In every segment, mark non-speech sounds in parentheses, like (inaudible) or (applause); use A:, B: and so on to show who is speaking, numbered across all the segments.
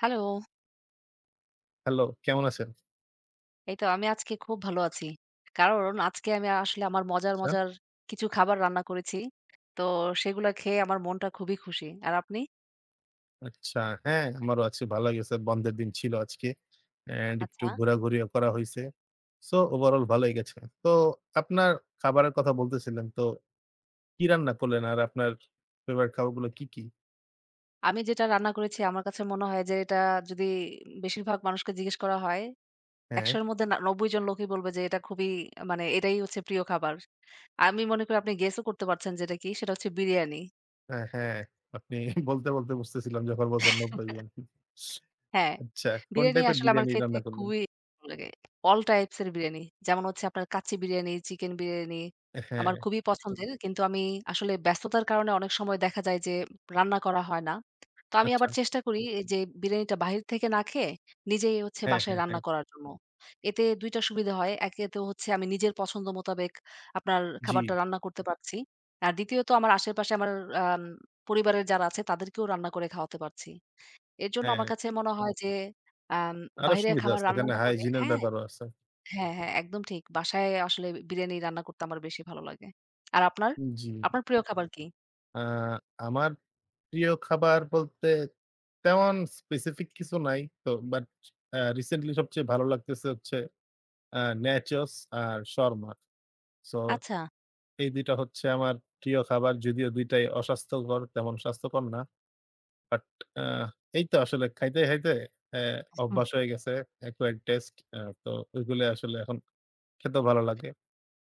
A: Hello.
B: Hello, কেমন আছেন?
A: এই তো আমি আজকে খুব ভালো আছি। কারণ আজকে আমি আসলে আমার মজার,
B: আচ্ছা,
A: মজার কিছু খাবার রান্না করেছি। তো সেগুলা খেয়ে আমার মনটা খুবই খুশি। আর আপনি?
B: আচ্ছা, হ্যাঁ, আমারও আছি ভালো গেছে। বন্ধের দিন ছিল আজকে। অ্যান্ড একটু
A: আচ্ছা।
B: ঘোরাঘুরিও করা হইছে। সো ওভারঅল ভালোই গেছে। তো আপনার খাবারের কথা বলতেছিলেন। তো কি রান্না করলেন? আর আপনার ফেভারিট খাবারগুলো কি, কি?
A: আমি যেটা রান্না করেছি আমার কাছে মনে হয় যে এটা যদি বেশিরভাগ মানুষকে জিজ্ঞেস করা হয়,
B: হ্যাঁ,
A: ১০০ এর মধ্যে না ৯০ জন লোকই বলবে যে এটা খুবই মানে এটাই হচ্ছে প্রিয় খাবার। আমি মনে করি আপনি গেসও করতে পারছেন যে এটা কি? সেটা হচ্ছে বিরিয়ানি।
B: হ্যাঁ, হ্যাঁ। আপনি (laughs) বলতে, বলতে বুঝতেছিলাম যখন বলছেন নব্বাই বিরিয়ানি।
A: হ্যাঁ,
B: আচ্ছা, কোন
A: বিরিয়ানি
B: টাইপের
A: আসলে আমার
B: বিরিয়ানি
A: খেতে
B: রান্না করলেন?
A: খুবই ভালো লাগে। অল টাইপস এর বিরিয়ানি। যেমন হচ্ছে আপনার কাচ্চি বিরিয়ানি, চিকেন বিরিয়ানি আমার
B: হ্যাঁ,
A: খুবই পছন্দের। কিন্তু আমি আসলে ব্যস্ততার কারণে অনেক সময় দেখা যায় যে রান্না করা হয় না। তো আমি
B: আচ্ছা।
A: আবার চেষ্টা করি এই যে বিরিয়ানিটা বাহির থেকে না খেয়ে নিজেই হচ্ছে
B: হ্যাঁ,
A: বাসায়
B: হ্যাঁ,
A: রান্না
B: হ্যাঁ।
A: করার জন্য। এতে ২ টা সুবিধা হয়। একে তো হচ্ছে আমি নিজের পছন্দ মোতাবেক আপনার
B: জি,
A: খাবারটা রান্না করতে পারছি। আর দ্বিতীয়ত আমার আশেপাশে আমার আম পরিবারের যারা আছে তাদেরকেও রান্না করে খাওয়াতে পারছি। এর জন্য
B: হ্যাঁ।
A: আমার কাছে মনে হয় যে আম
B: আরো
A: বাইরের
B: সুবিধা
A: খাবার
B: আছে।
A: রান্না
B: এখানে
A: না করে
B: হাইজিন এর
A: হ্যাঁ,
B: ব্যাপারও আছে।
A: হ্যাঁ, হ্যাঁ, একদম ঠিক। বাসায় আসলে বিরিয়ানি রান্না করতে আমার বেশি ভালো লাগে। আর আপনার?
B: জি।
A: আপনার প্রিয় খাবার কি?
B: আ আমার প্রিয় খাবার বলতে তেমন স্পেসিফিক কিছু নাই। তো বাট রিসেন্টলি সবচেয়ে ভালো লাগতেছে হচ্ছে আ ন্যাচোস আর শর্মা। সো
A: আচ্ছা।
B: এই ২ টা হচ্ছে আমার প্রিয় খাবার। যদিও ২ টাই অস্বাস্থ্যকর, তেমন স্বাস্থ্যকর না। বাট আ এই তো আসলে খাইতে, খাইতে অ্যা
A: হুম।
B: অভ্যাস হয়ে গেছে অ্যাকোয়ার্ড টেস্ট। তো ওইগুলো আসলে এখন খেতেও ভালো লাগে।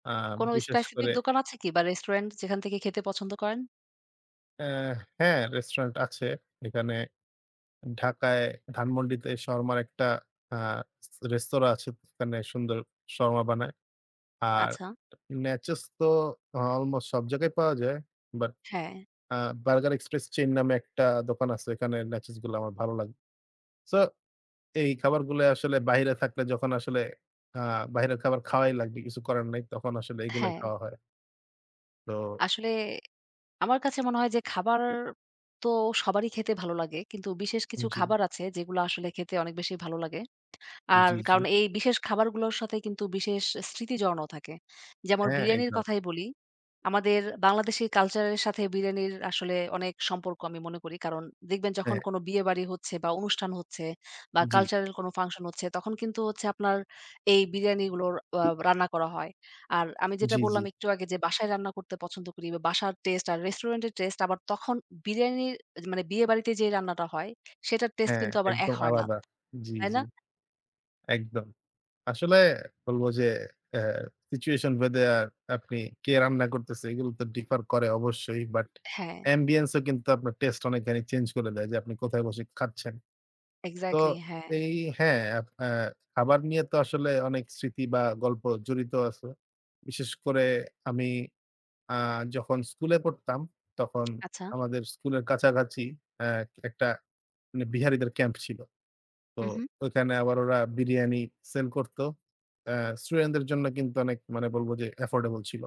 B: আ
A: কোন
B: বিশেষ
A: স্পেসিফিক
B: করে
A: দোকান আছে কি বা রেস্টুরেন্ট যেখান থেকে খেতে পছন্দ করেন?
B: অ্যা হ্যাঁ, রেস্টুরেন্ট আছে। এখানে ঢাকায় ধানমন্ডিতে শর্মার একটা আ রেস্তোরাঁ আছে। ওখানে সুন্দর শর্মা বানায়। আর
A: আচ্ছা।
B: ন্যাচোস তো অলমোস্ট সব জায়গায় পাওয়া যায়। বাট
A: হ্যাঁ,
B: আ বার্গার এক্সপ্রেস চেইন নামে একটা দোকান আছে। এখানে ন্যাচোস গুলো আমার ভালো লাগে। সো এই খাবারগুলো আসলে বাহিরে থাকলে যখন আসলে আ বাহিরের খাবার খাওয়াই লাগবে, কিছু করার নাই। তখন আসলে এগুলাই
A: হ্যাঁ।
B: খাওয়া হয়। তো
A: আসলে আমার কাছে মনে হয় যে খাবার তো সবারই খেতে ভালো লাগে। কিন্তু বিশেষ কিছু
B: জি,
A: খাবার আছে যেগুলো আসলে খেতে অনেক বেশি ভালো লাগে। আর
B: জি, জি।
A: কারণ এই বিশেষ খাবারগুলোর সাথে কিন্তু বিশেষ স্মৃতি জড়ানো থাকে। যেমন
B: হ্যাঁ,
A: বিরিয়ানির
B: একদম।
A: কথাই বলি। আমাদের বাংলাদেশী কালচারের সাথে বিরিয়ানির আসলে অনেক সম্পর্ক আমি মনে করি। কারণ দেখবেন যখন
B: হ্যাঁ,
A: কোনো বিয়েবাড়ি হচ্ছে বা অনুষ্ঠান হচ্ছে বা
B: জি,
A: কালচারাল কোনো ফাংশন হচ্ছে, তখন কিন্তু হচ্ছে আপনার এই বিরিয়ানিগুলোর রান্না করা হয়। আর আমি যেটা
B: জি, জি।
A: বললাম একটু আগে যে বাসায় রান্না করতে পছন্দ করি বা বাসার টেস্ট আর রেস্টুরেন্টের টেস্ট আবার তখন বিরিয়ানির মানে বিয়েবাড়িতে যে রান্নাটা হয়, সেটার টেস্ট
B: হ্যাঁ,
A: কিন্তু আবার এক
B: একদম
A: হয় না।
B: আলাদা। জি,
A: তাই
B: জি,
A: না?
B: একদম। আসলে বলব যে অ্যা সিচুয়েশন ভেদে আপনি কে রান্না করতেছে এগুলো তো ডিফার করে অবশ্যই। বাট
A: হ্যাঁ।
B: অ্যাম্বিয়েন্স ও কিন্তু আপনার টেস্ট অনেকখানি চেঞ্জ করে দেয় যে আপনি কোথায় বসে খাচ্ছেন। তো
A: এক্সাক্টলি হ্যাঁ।
B: এই হ্যাঁ, আপ অ্যা খাবার নিয়ে তো আসলে অনেক স্মৃতি বা গল্প জড়িত আছে। বিশেষ করে আমি আ যখন স্কুলে পড়তাম তখন
A: আচ্ছা।
B: আমাদের স্কুলের কাছাকাছি অ্যা একটা মানে বিহারিদের ক্যাম্প ছিল। তো
A: উহু,
B: ওখানে আবার ওরা বিরিয়ানি সেল করত। আ স্টুডেন্টদের জন্য কিন্তু অনেক মানে বলব যে এফোর্ডেবল ছিল।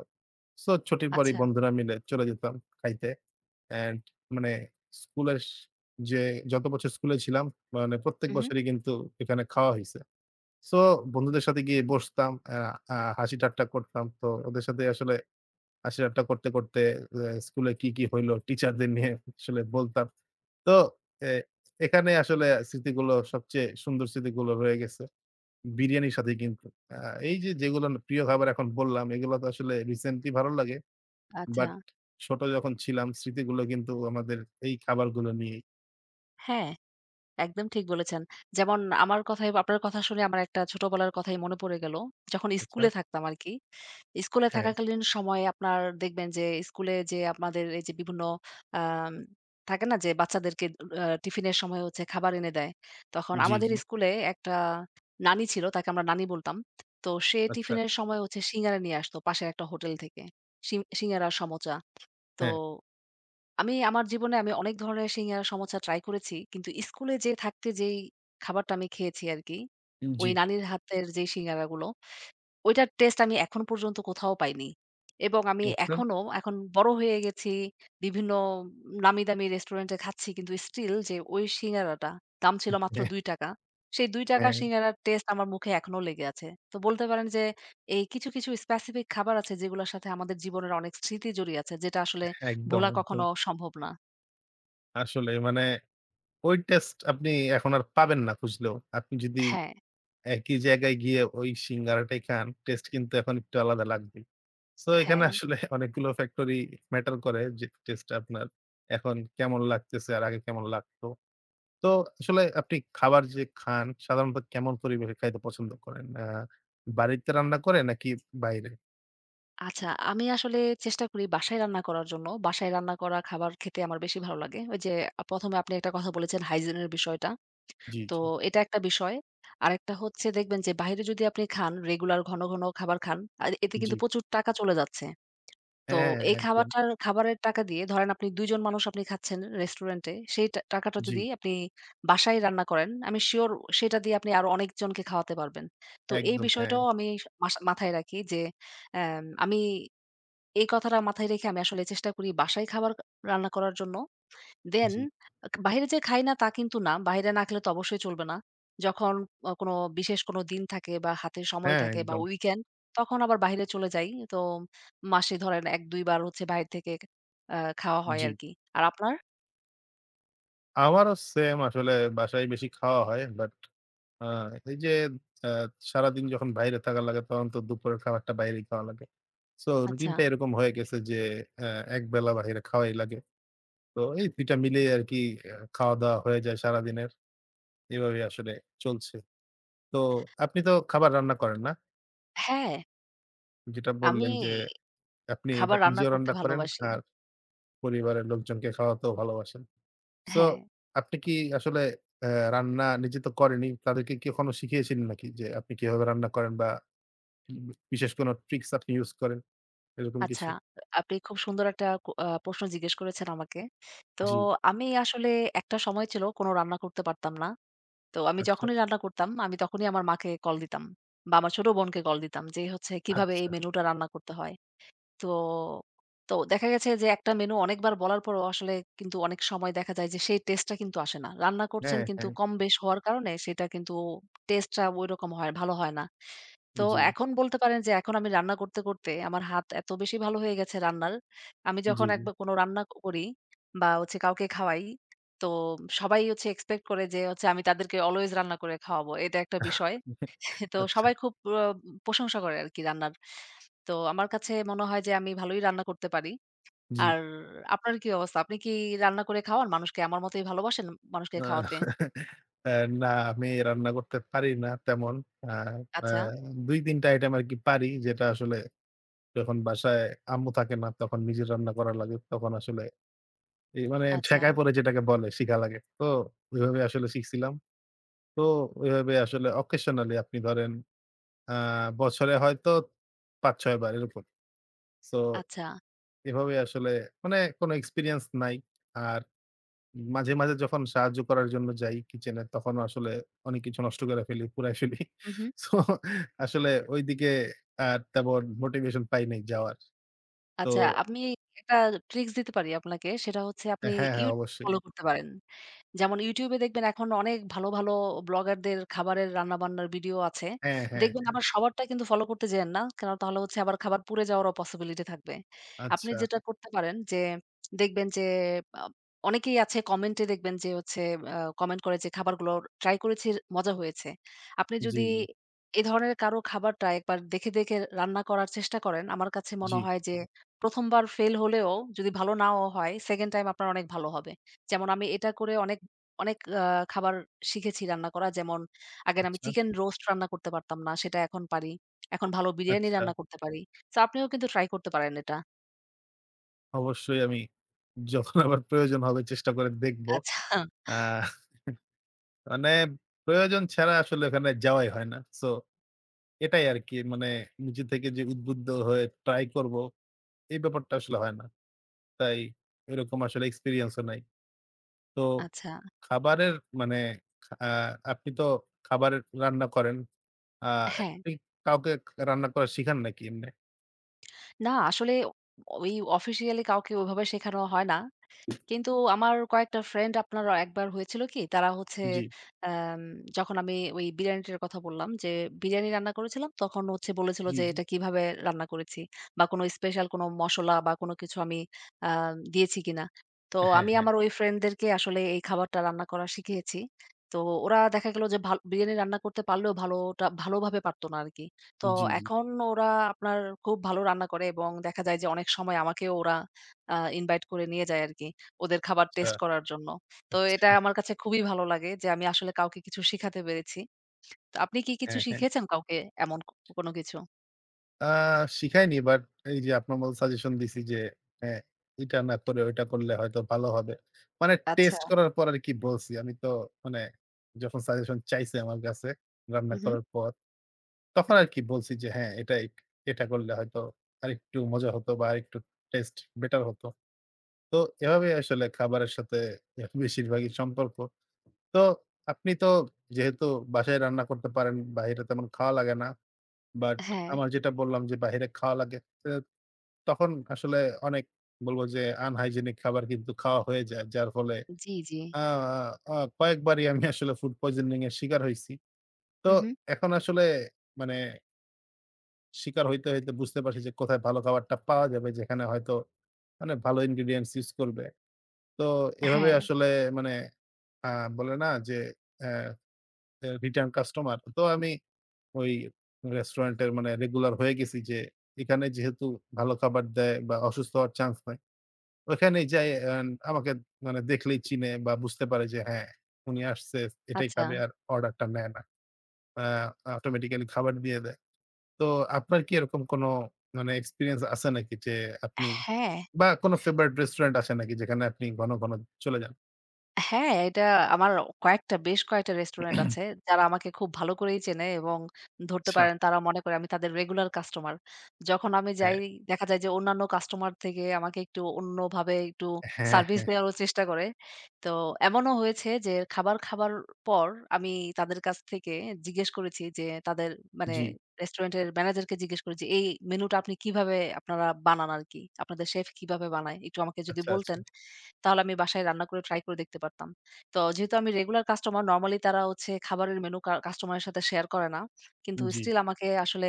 B: সো ছুটির পরেই
A: আচ্ছা,
B: বন্ধুরা মিলে চলে যেতাম খাইতে। অ্যান্ড মানে স্কুলের যে যত বছর স্কুলে ছিলাম মানে প্রত্যেক
A: উহু,
B: বছরই কিন্তু এখানে খাওয়া হইছে। সো বন্ধুদের সাথে গিয়ে বসতাম, আ আ হাসি-ঠাট্টা করতাম। তো ওদের সাথে আসলে হাসি-ঠাট্টা করতে, করতে স্কুলে কি, কি হইলো টিচারদের নিয়ে আসলে বলতাম। তো এ এখানে আসলে স্মৃতিগুলো সবচেয়ে সুন্দর স্মৃতিগুলো রয়ে গেছে। বিরিয়ানির সাথে কিন্তু। আ এই যে যেগুলো প্রিয় খাবার এখন বললাম, এগুলো তো আসলে রিসেন্টলি ভালো লাগে।
A: আচ্ছা।
B: বাট ছোট যখন ছিলাম স্মৃতিগুলো কিন্তু আমাদের এই খাবারগুলো নিয়েই।
A: হ্যাঁ, একদম ঠিক বলেছেন। যেমন আমার কথায় আপনার কথা শুনে আমার একটা ছোটবেলার কথাই মনে পড়ে গেল। যখন
B: আচ্ছা।
A: স্কুলে থাকতাম আরকি। স্কুলে
B: হ্যাঁ।
A: থাকাকালীন সময়ে আপনার দেখবেন যে স্কুলে যে আমাদের এই যে বিভিন্ন আম থাকে না যে বাচ্চাদেরকে টিফিনের সময় হচ্ছে খাবার এনে দেয়। তখন
B: জি,
A: আমাদের
B: জি।
A: স্কুলে একটা নানি ছিল, তাকে আমরা নানি বলতাম। তো সে
B: আচ্ছা।
A: টিফিনের সময় হচ্ছে সিঙ্গারা নিয়ে আসতো পাশের একটা হোটেল থেকে। সিঙ্গারা, সমোচা। তো
B: হ্যাঁ।
A: আমি আমার জীবনে আমি অনেক ধরনের সিঙ্গারা, সমোসা ট্রাই করেছি। কিন্তু স্কুলে যেয়ে থাকতে যেই খাবারটা আমি খেয়েছি আরকি,
B: জি।
A: ওই নানির হাতের যেই সিঙ্গারাগুলো, ওইটার টেস্ট আমি এখন পর্যন্ত কোথাও পাইনি। এবং আমি
B: আচ্ছা।
A: এখনো এখন বড় হয়ে গেছি। বিভিন্ন নামি দামি রেস্টুরেন্টে খাচ্ছি। কিন্তু স্টিল যে ওই সিঙ্গারাটা দাম ছিল মাত্র
B: হ্যাঁ,
A: ৳২ সেই ৳২
B: হ্যাঁ।
A: সিঙ্গারার টেস্ট আমার মুখে এখনো লেগে আছে। তো বলতে পারেন যে এই কিছু, কিছু স্পেসিফিক খাবার আছে যেগুলোর সাথে আমাদের জীবনের অনেক স্মৃতি জড়িয়ে আছে যেটা আসলে
B: একদম,
A: ভোলা
B: একদম।
A: কখনো সম্ভব না।
B: আসলে মানে ওই টেস্ট আপনি এখন আর পাবেন না খুঁজলেও। আপনি যদি
A: হ্যাঁ,
B: একই জায়গায় গিয়ে ওই সিঙ্গারাটাই খান, টেস্ট কিন্তু এখন একটু আলাদা লাগবেই। সো এখানে
A: হ্যাঁ।
B: আসলে (laughs) অনেকগুলো ফ্যাক্টরি ম্যাটার করে যে টেস্টটা আপনার এখন কেমন লাগতেছে আর আগে কেমন লাগতো। তো আসলে আপনি খাবার যে খান সাধারণত কেমন পরিবেশে খাইতে পছন্দ করেন? বাড়িতে রান্না করে নাকি বাইরে?
A: আচ্ছা, আমি আসলে চেষ্টা করি বাসায় রান্না করার জন্য। বাসায় রান্না করা খাবার খেতে আমার বেশি ভালো লাগে। ওই যে ১ম এ আপনি একটা কথা বলেছেন হাইজিন এর বিষয়টা।
B: জি,
A: তো
B: জি,
A: এটা একটা বিষয়। আরেকটা হচ্ছে দেখবেন যে বাইরে যদি আপনি খান, রেগুলার ঘন, ঘন খাবার খান, আর এতে
B: জি।
A: কিন্তু প্রচুর টাকা চলে যাচ্ছে। তো
B: হ্যাঁ,
A: এই
B: একদম।
A: খাবারটার খাবারের টাকা দিয়ে ধরেন আপনি ২ জন মানুষ আপনি খাচ্ছেন রেস্টুরেন্টে, সেই টা টাকাটা
B: জি,
A: যদি আপনি বাসায় রান্না করেন, আমি সিউর সেটা দিয়ে আপনি আরো অনেকজনকে খাওয়াতে পারবেন। তো এই
B: একদম। হ্যাঁ,
A: বিষয়টাও আমি মাথায় রাখি যে আমি এই কথাটা মাথায় রেখে আমি আসলে চেষ্টা করি বাসায় খাবার রান্না করার জন্য। দেন
B: জি।
A: বাহিরে যে খাই না তা কিন্তু না। বাহিরে না খেলে তো অবশ্যই চলবে না। যখন কোনো বিশেষ কোনো দিন থাকে বা হাতে সময়
B: হ্যাঁ,
A: থাকে বা
B: একদম।
A: উইকেন্ড তখন আবার বাহিরে চলে যাই। তো মাসে ধরেন ১-২ বার হচ্ছে বাইরে থেকে খাওয়া হয়
B: জি।
A: আরকি। আর আপনার?
B: আমারও সেম আসলে বাসায় বেশি খাওয়া হয়। বাট আ এই যে আ সারাদিন যখন বাইরে থাকা লাগে তখন তো দুপুরের খাবারটা বাইরেই খাওয়া লাগে। সো
A: আচ্ছা।
B: রুটিনটা এরকম হয়ে গেছে যে আ একবেলা বাহিরে খাওয়াই লাগে। তো এই ২ টা মিলেই আরকি খাওয়া-দাওয়া হয়ে যায় সারাদিনের। এভাবেই আসলে চলছে। তো আপনি তো খাবার রান্না করেন না?
A: হ্যাঁ,
B: যেটা
A: আমি
B: বললেন যে আপনি এটা
A: খাবার রান্না
B: নিজেও
A: করতে
B: রান্না করেন
A: ভালোবাসি।
B: আর পরিবারের লোকজনকে খাওয়াতেও ভালোবাসেন। সো
A: হ্যাঁ।
B: আপনি কি আসলে আ রান্না নিজে তো করেনই, তাদেরকে কি কখনো শিখিয়েছিলেন নাকি যে আপনি কিভাবে রান্না করেন বা উম বিশেষ কোনো ট্রিকস আপনি ইউস করেন এরকম
A: আচ্ছা,
B: কিছু?
A: আপনি খুব সুন্দর একটা কো আ প্রশ্ন জিজ্ঞেস করেছেন আমাকে। তো
B: জি,
A: আমি আসলে একটা সময় ছিল কোনো রান্না করতে পারতাম না। তো আমি
B: আচ্ছা,
A: যখনই রান্না করতাম, আমি তখনই আমার মাকে কল দিতাম বা আমার ছোট বোনকে কল দিতাম যে হচ্ছে কিভাবে এই
B: আচ্ছা।
A: মেনুটা রান্না করতে হয়। তো, তো দেখা গেছে যে একটা মেনু অনেকবার বলার পরও আসলে কিন্তু অনেক সময় দেখা যায় যে সেই টেস্টটা কিন্তু আসে না। রান্না করছেন
B: হ্যাঁ,
A: কিন্তু
B: হ্যাঁ।
A: কম বেশ হওয়ার কারণে সেটা কিন্তু টেস্টটা ঐরকম হয় ভালো হয় না। তো
B: জি,
A: এখন বলতে পারেন যে এখন আমি রান্না করতে, করতে আমার হাত এত বেশি ভালো হয়ে গেছে রান্নার। আমি
B: জি।
A: যখন একবার কোনো রান্না করি বা হচ্ছে কাউকে খাওয়াই, তো সবাই হচ্ছে এক্সপেক্ট করে যে হচ্ছে আমি তাদেরকে অলওয়েজ রান্না করে খাওয়াবো। এটা একটা বিষয়। তো
B: আচ্ছা,
A: সবাই খুব আ প্রশংসা করে আরকি রান্নার। তো আমার কাছে মনে হয় যে আমি ভালোই রান্না করতে পারি।
B: জি।
A: আর আপনার কি অবস্থা? আপনি কি রান্না করে খাওয়ান মানুষকে? আমার মতোই ভালোবাসেন মানুষকে
B: আ
A: খাওয়াতে?
B: আ না আমি রান্না করতে পারি না তেমন। আ আ
A: আচ্ছা,
B: ২-৩ টা আইটেম আরকি পারি যেটা আসলে যখন বাসায় আম্মু থাকে না তখন নিজের রান্না করা লাগে। তখন আসলে এই মানে
A: আচ্ছা,
B: ঠেকায় পড়ে যেটাকে বলে শিখা লাগে। তো ওইভাবে আসলে শিখছিলাম। তো ওইভাবে আসলে occasionally আপনি ধরেন আ বছরে হয়তো ৫-৬ বার এরকম। সো
A: আচ্ছা।
B: এভাবে আসলে মানে কোনো এক্সপেরিয়েন্স নাই। আর মাঝে, মাঝে যখন সাহায্য করার জন্য যাই কিচেনে তখনও আসলে অনেক কিছু নষ্ট করে ফেলি, পুড়ায় ফেলি। (laughs)
A: উহু।
B: সো আসলে ওইদিকে আর তেমন মোটিভেশন পাই নাই যাওয়ার। তো
A: আচ্ছা, আমি একটা ট্রিকস দিতে পারি আপনাকে। সেটা হচ্ছে আপনি
B: হ্যাঁ, হ্যাঁ
A: YouTube
B: অবশ্যই।
A: ফলো করতে পারেন। যেমন YouTube এ দেখবেন এখন অনেক ভালো, ভালো ব্লগারদের খাবারের রান্নাবান্নার ভিডিও আছে।
B: হ্যাঁ, হ্যাঁ।
A: দেখবেন আবার সবারটা কিন্তু ফলো করতে যায়েন না। কারণ তাহলে হচ্ছে আবার খাবার পুড়ে যাওয়ারও পসিবিলিটি থাকবে। আপনি
B: আচ্ছা।
A: যেটা করতে পারেন যে দেখবেন যে আ অনেকেই আছে কমেন্টে দেখবেন যে হচ্ছে কমেন্ট করে যে খাবারগুলো ট্রাই করেছি মজা হয়েছে। আপনি
B: জি,
A: যদি
B: জি,
A: এ ধরনের কারো খাবারটা একবার দেখে, দেখে রান্না করার চেষ্টা করেন, আমার কাছে
B: জি।
A: মনে হয় যে ১ম বার ফেইল হলেও যদি ভালো নাও হয় 2nd টাইম আপনার অনেক ভালো হবে। যেমন আমি এটা করে অনেক অনেক খাবার শিখেছি রান্না করা। যেমন আগের আমি
B: আচ্ছা,
A: চিকেন রোস্ট রান্না করতে পারতাম না, সেটা এখন পারি। এখন ভালো বিরিয়ানি
B: আচ্ছা।
A: রান্না করতে পারি। সো আপনিও কিন্তু ট্রাই করতে পারেন এটা।
B: অবশ্যই আমি যখন আবার প্রয়োজন হবে চেষ্টা করে দেখব।
A: আচ্ছা।
B: আ মানে প্রয়োজন ছাড়া আসলে ওখানে যাওয়াই হয় না। সো এটাই আরকি মানে নিজে থেকে যে উদ্বুদ্ধ হয়ে ট্রাই করব, এই ব্যাপারটা আসলে হয় না। তাই এরকম আসলে এক্সপেরিয়েন্স ও নাই। তো
A: আচ্ছা,
B: খাবারের মানে আ আপনি তো খাবার রান্না করেন। আ
A: হ্যাঁ।
B: আপনি কাউকে রান্না করা শিখান নাকি এমনে?
A: না আসলে ওই অফিসিয়ালি কাউকে ওইভাবে শেখানো হয় না। কিন্তু আমার কয়েকটা ফ্রেন্ড আপনার একবার হয়েছিল কি, তারা হচ্ছে
B: জি,
A: আম যখন আমি ওই বিরিয়ানিটার কথা বললাম যে, বিরিয়ানি রান্না করেছিলাম, তখন হচ্ছে বলেছিল
B: জি,
A: যে,
B: জি।
A: "এটা কিভাবে রান্না করেছি? বা কোনো স্পেশাল কোনো মসলা বা কোনো কিছু আমি আ দিয়েছি কিনা?" তো
B: হ্যাঁ,
A: আমি
B: হ্যাঁ।
A: আমার ওই ফ্রেন্ডদেরকে আসলে এই খাবারটা রান্না করা শিখিয়েছি। তো ওরা দেখা গেল যে, ভাল বিরিয়ানি রান্না করতে পারলেও ভালোটা ভালোভাবে পারত না আরকি। তো
B: জি, জি।
A: এখন ওরা আপনার খুব ভালো রান্না করে এবং দেখা যায় যে, অনেক সময় আমাকেও ওরা ইনভাইট করে নিয়ে যায় আরকি। ওদের খাবার
B: আচ্ছা,
A: টেস্ট করার জন্য। তো
B: আচ্ছা।
A: এটা আমার কাছে খুবই ভালো লাগে যে আমি আসলে কাউকে কিছু শিখাতে পেরেছি। তো আপনি কি কিছু
B: হ্যাঁ, হ্যাঁ।
A: শিখিয়েছেন কাউকে এমন কোনো কিছু?
B: আ শিখাইনি বাট এই যে আপনার মতো সাজেশন দিছি যে, হ্যাঁ, এটা না করে ওইটা করলে হয়তো ভালো হবে। মানে
A: আচ্ছা।
B: টেস্ট করার পর আরকি বলছি। আমি তো মানে যখন সাজেশন চাইছে আমার কাছে রান্না
A: উহু।
B: করার পর, তখন আরকি বলছি যে, "হ্যাঁ, এটা করলে হয়তো আরেকটু মজা হতো বা আরেকটু টেস্ট বেটার হতো।" তো এভাবেই আসলে খাবারের সাথে বেশিরভাগই সম্পর্ক। তো আপনি তো যেহেতু বাসায় রান্না করতে পারেন, বাহিরে তেমন খাওয়া লাগে না। বাট
A: হ্যাঁ।
B: আমার যেটা বললাম যে, বাহিরে খাওয়া লাগে। তখন আসলে অনেক বলবো যে আনহাইজেনিক খাবার কিন্তু খাওয়া হয়ে যায়। যার ফলে
A: জি, জি।
B: আ আ কয়েকবারই আমি আসলে ফুড পয়জনিং এর শিকার হইছি। তো
A: উহু।
B: এখন আসলে মানে শিকার হইতে, হইতে বুঝতে পারছি যে কোথায় ভালো খাবারটা পাওয়া যাবে যেখানে হয়তো মানে ভালো ingredients ইউস করবে। তো এভাবে
A: হ্যাঁ।
B: আসলে মানে আ বলে না যে অ্যা অ্যা রিটার্ন কাস্টমার। তো আমি ওই রেস্টুরেন্টের মানে রেগুলার হয়ে গেছি যে এখানে যেহেতু ভালো খাবার দেয় বা অসুস্থ হওয়ার চান্স নাই। ওখানেই যাই আমাকে মানে দেখলেই চিনে বা বুঝতে পারে যে হ্যাঁ, উনি আসছে এটাই
A: আচ্ছা।
B: খাবে আর অর্ডারটা নেয় না। আ অটোমেটিক্যালি খাবার দিয়ে দেয়। তো আপনার কি এরকম কোনো মানে এক্সপেরিয়েন্স আছে নাকি যে আপনি
A: হ্যাঁ।
B: বা কোনো ফেভারিট রেস্টুরেন্ট আছে নাকি যেখানে আপনি ঘন, ঘন চলে যান?
A: হ্যাঁ, এটা আমার বেশ কয়েকটা রেস্টুরেন্ট আছে, যারা আমাকে খুব ভালো করেই চেনে এবং ধরতে
B: আচ্ছা।
A: পারেন তারা মনে করে আমি তাদের রেগুলার কাস্টমার। যখন আমি
B: হ্যাঁ,
A: যাই দেখা যায় যে অন্যান্য কাস্টমার থেকে আমাকে একটু অন্যভাবে একটু
B: হ্যাঁ,
A: সার্ভিস
B: হ্যাঁ।
A: দেওয়ারও চেষ্টা করে। তো এমনও হয়েছে যে খাবার খাবার পর আমি তাদের কাছ থেকে জিজ্ঞেস করেছি যে তাদের মানে
B: জি।
A: রেস্টুরেন্টের ম্যানেজারকে জিজ্ঞেস করেছি, "এই মেনুটা আপনি কিভাবে আপনারা বানান আরকি? আপনাদের শেফ কিভাবে বানায়? একটু আমাকে যদি
B: আচ্ছা, আচ্ছা।
A: বলতেন।" তাহলে আমি বাসায় রান্না করে ট্রাই করে দেখতে পারতাম। তো যেহেতু আমি রেগুলার কাস্টমার নরমালি তারা হচ্ছে খাবারের মেনু কাস্টমারের সাথে শেয়ার করে না। কিন্তু
B: জি।
A: স্টিল আমাকে আসলে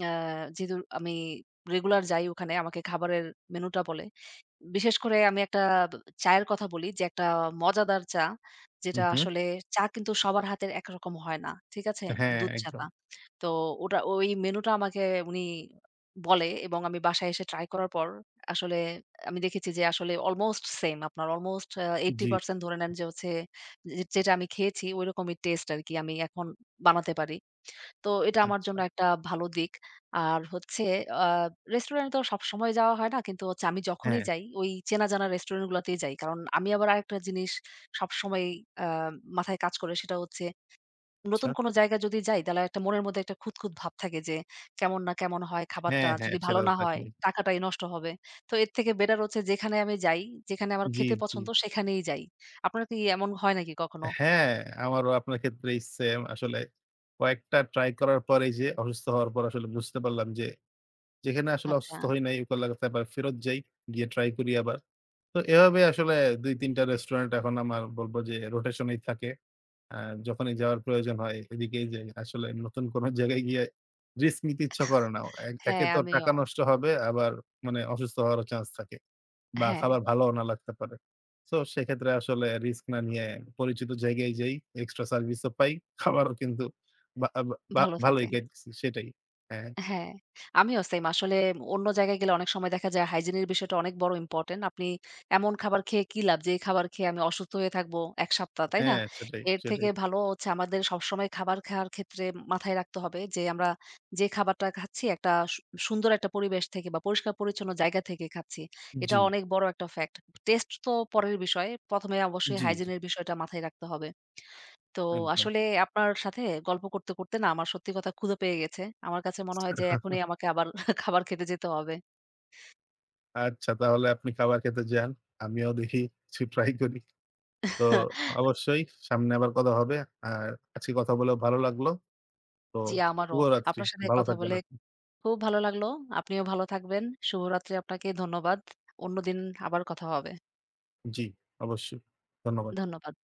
A: অ্যা যেহেতু আমি রেগুলার যাই ওখানে আমাকে খাবারের মেনুটা বলে। বিশেষ করে আমি একটা ব চায়ের কথা বলি যে একটা মজাদার চা,
B: হু,
A: যেটা
B: হু।
A: আসলে চা কিন্তু সবার হাতের একরকম হয় না। ঠিক আছে?
B: হ্যাঁ,
A: দুধ চাটা।
B: একদম।
A: তো ওটা ওই মেনুটা আমাকে উনি বলে এবং আমি বাসায় এসে ট্রাই করার পর আসলে আমি দেখেছি যে আসলে অলমোস্ট সেইম আপনার অলমোস্ট
B: জি।
A: 80% ধরে নেন যে হচ্ছে যে যেটা আমি খেয়েছি ঐরকমই টেস্ট আরকি আমি এখন বানাতে পারি। তো এটা আমার জন্য
B: আচ্ছা।
A: একটা ভালো দিক। আর হচ্ছে আ রেস্টুরেন্টে তো সবসময় যাওয়া হয় না। কিন্তু হচ্ছে আমি যখনই
B: হ্যাঁ,
A: যাই ওই চেনা জানা রেস্টুরেন্ট গুলাতেই যাই। কারণ আমি আবার আরেকটা জিনিস সবসময় আ মাথায় কাজ করে সেটা হচ্ছে
B: আচ্ছা।
A: নতুন কোনো জায়গায় যদি যাই তাহলে একটা মনের মধ্যে একটা খুঁতখুঁত ভাব থাকে যে কেমন না কেমন হয়
B: হ্যাঁ,
A: খাবারটা।
B: হ্যাঁ
A: যদি ভালো
B: সেটা তো
A: না হয়
B: থাকেই।
A: টাকাটাই নষ্ট হবে। তো এর থেকে বেটার হচ্ছে যেখানে আমি যাই, যেখানে আমার
B: জি,
A: খেতে
B: জি।
A: পছন্দ সেখানেই যাই। আপনার কি এমন হয় নাকি কখনো?
B: হ্যাঁ, আমারও আপনার ক্ষেত্রেই সেম আসলে কয়েকটা ট্রাই করার পর এই যে অসুস্থ হওয়ার পর আসলে বুঝতে পারলাম যে যেখানে আসলে
A: আচ্ছা।
B: অসুস্থ হই নাই ওগুলা আবার ফেরত যাই, গিয়ে ট্রাই করি আবার। তো এভাবে আসলে ২-৩ টা রেস্টুরেন্ট এখন আমার বলবো যে রোটেশনেই থাকে। আ যখনই যাওয়ার প্রয়োজন হয় এদিকেই যাই। আসলে নতুন কোন জায়গায় গিয়ে রিস্ক নিতে ইচ্ছা করে না। একে
A: হ্যাঁ,
B: তো
A: আমিও।
B: টাকা নষ্ট হবে আবার মানে অসুস্থ হওয়ারও চান্স থাকে। বা
A: হ্যাঁ,
B: খাবার ভালোও না লাগতে পারে। সো সেক্ষেত্রে আসলে রিস্ক না নিয়ে পরিচিত জায়গায় যাই, এক্সট্রা সার্ভিসও পাই। খাবারও কিন্তু বা বা বা
A: ভালো
B: ভালোই
A: থাকে।
B: খাইতেছি সেটাই। হ্যাঁ,
A: হ্যাঁ, আমিও সেইম আসলে অন্য জায়গায় গেলে অনেক সময় দেখা যায় হাইজিন এর বিষয়টা অনেক বড় ইম্পোর্টেন্ট। আপনি এমন খাবার খেয়ে কি লাভ? যে খাবার খেয়ে আমি অসুস্থ হয়ে থাকবো ১ সপ্তাহ, তাই না?
B: হ্যাঁ সেটাই,
A: এর থেকে
B: সেটাই।
A: ভালো হচ্ছে আমাদের সবসময় খাবার খাওয়ার ক্ষেত্রে মাথায় রাখতে হবে যে আমরা যে খাবারটা খাচ্ছি একটা সুন্দর একটা পরিবেশ থেকে বা পরিষ্কার-পরিচ্ছন্ন জায়গা থেকে খাচ্ছি।
B: জি,
A: এটা অনেক বড় একটা ফ্যাক্ট। টেস্ট তো পরের বিষয়। ১ম এ অবশ্যই
B: জি, জি
A: হাইজিন এর বিষয়টা মাথায় রাখতে হবে। তো
B: একদম।
A: আসলে আপনার সাথে গল্প করতে, করতে না আমার সত্যি কথা ক্ষুধা পেয়ে গেছে। আমার কাছে মনে হয় যে এখনই আমাকে আবার (laughs) খাবার খেতে যেতে হবে।
B: আচ্ছা তাহলে আপনি খাবার খেতে যান। আমিও দেখি কিছু ট্রাই করি। তো
A: (laughs)
B: অবশ্যই সামনে আবার কথা হবে। আর আজকে কথা বলেও ভালো লাগলো। তো
A: জি, আমারও।
B: শুভরাত্রি।
A: আপনার সাথে
B: ভালো
A: কথা
B: থাকবেন
A: বলে
B: আপনি।
A: খুব ভালো লাগলো। আপনিও ভালো থাকবেন। শুভরাত্রি আপনাকে ধন্যবাদ। অন্যদিন আবার কথা হবে।
B: জি, অবশ্যই। ধন্যবাদ।
A: ধন্যবাদ।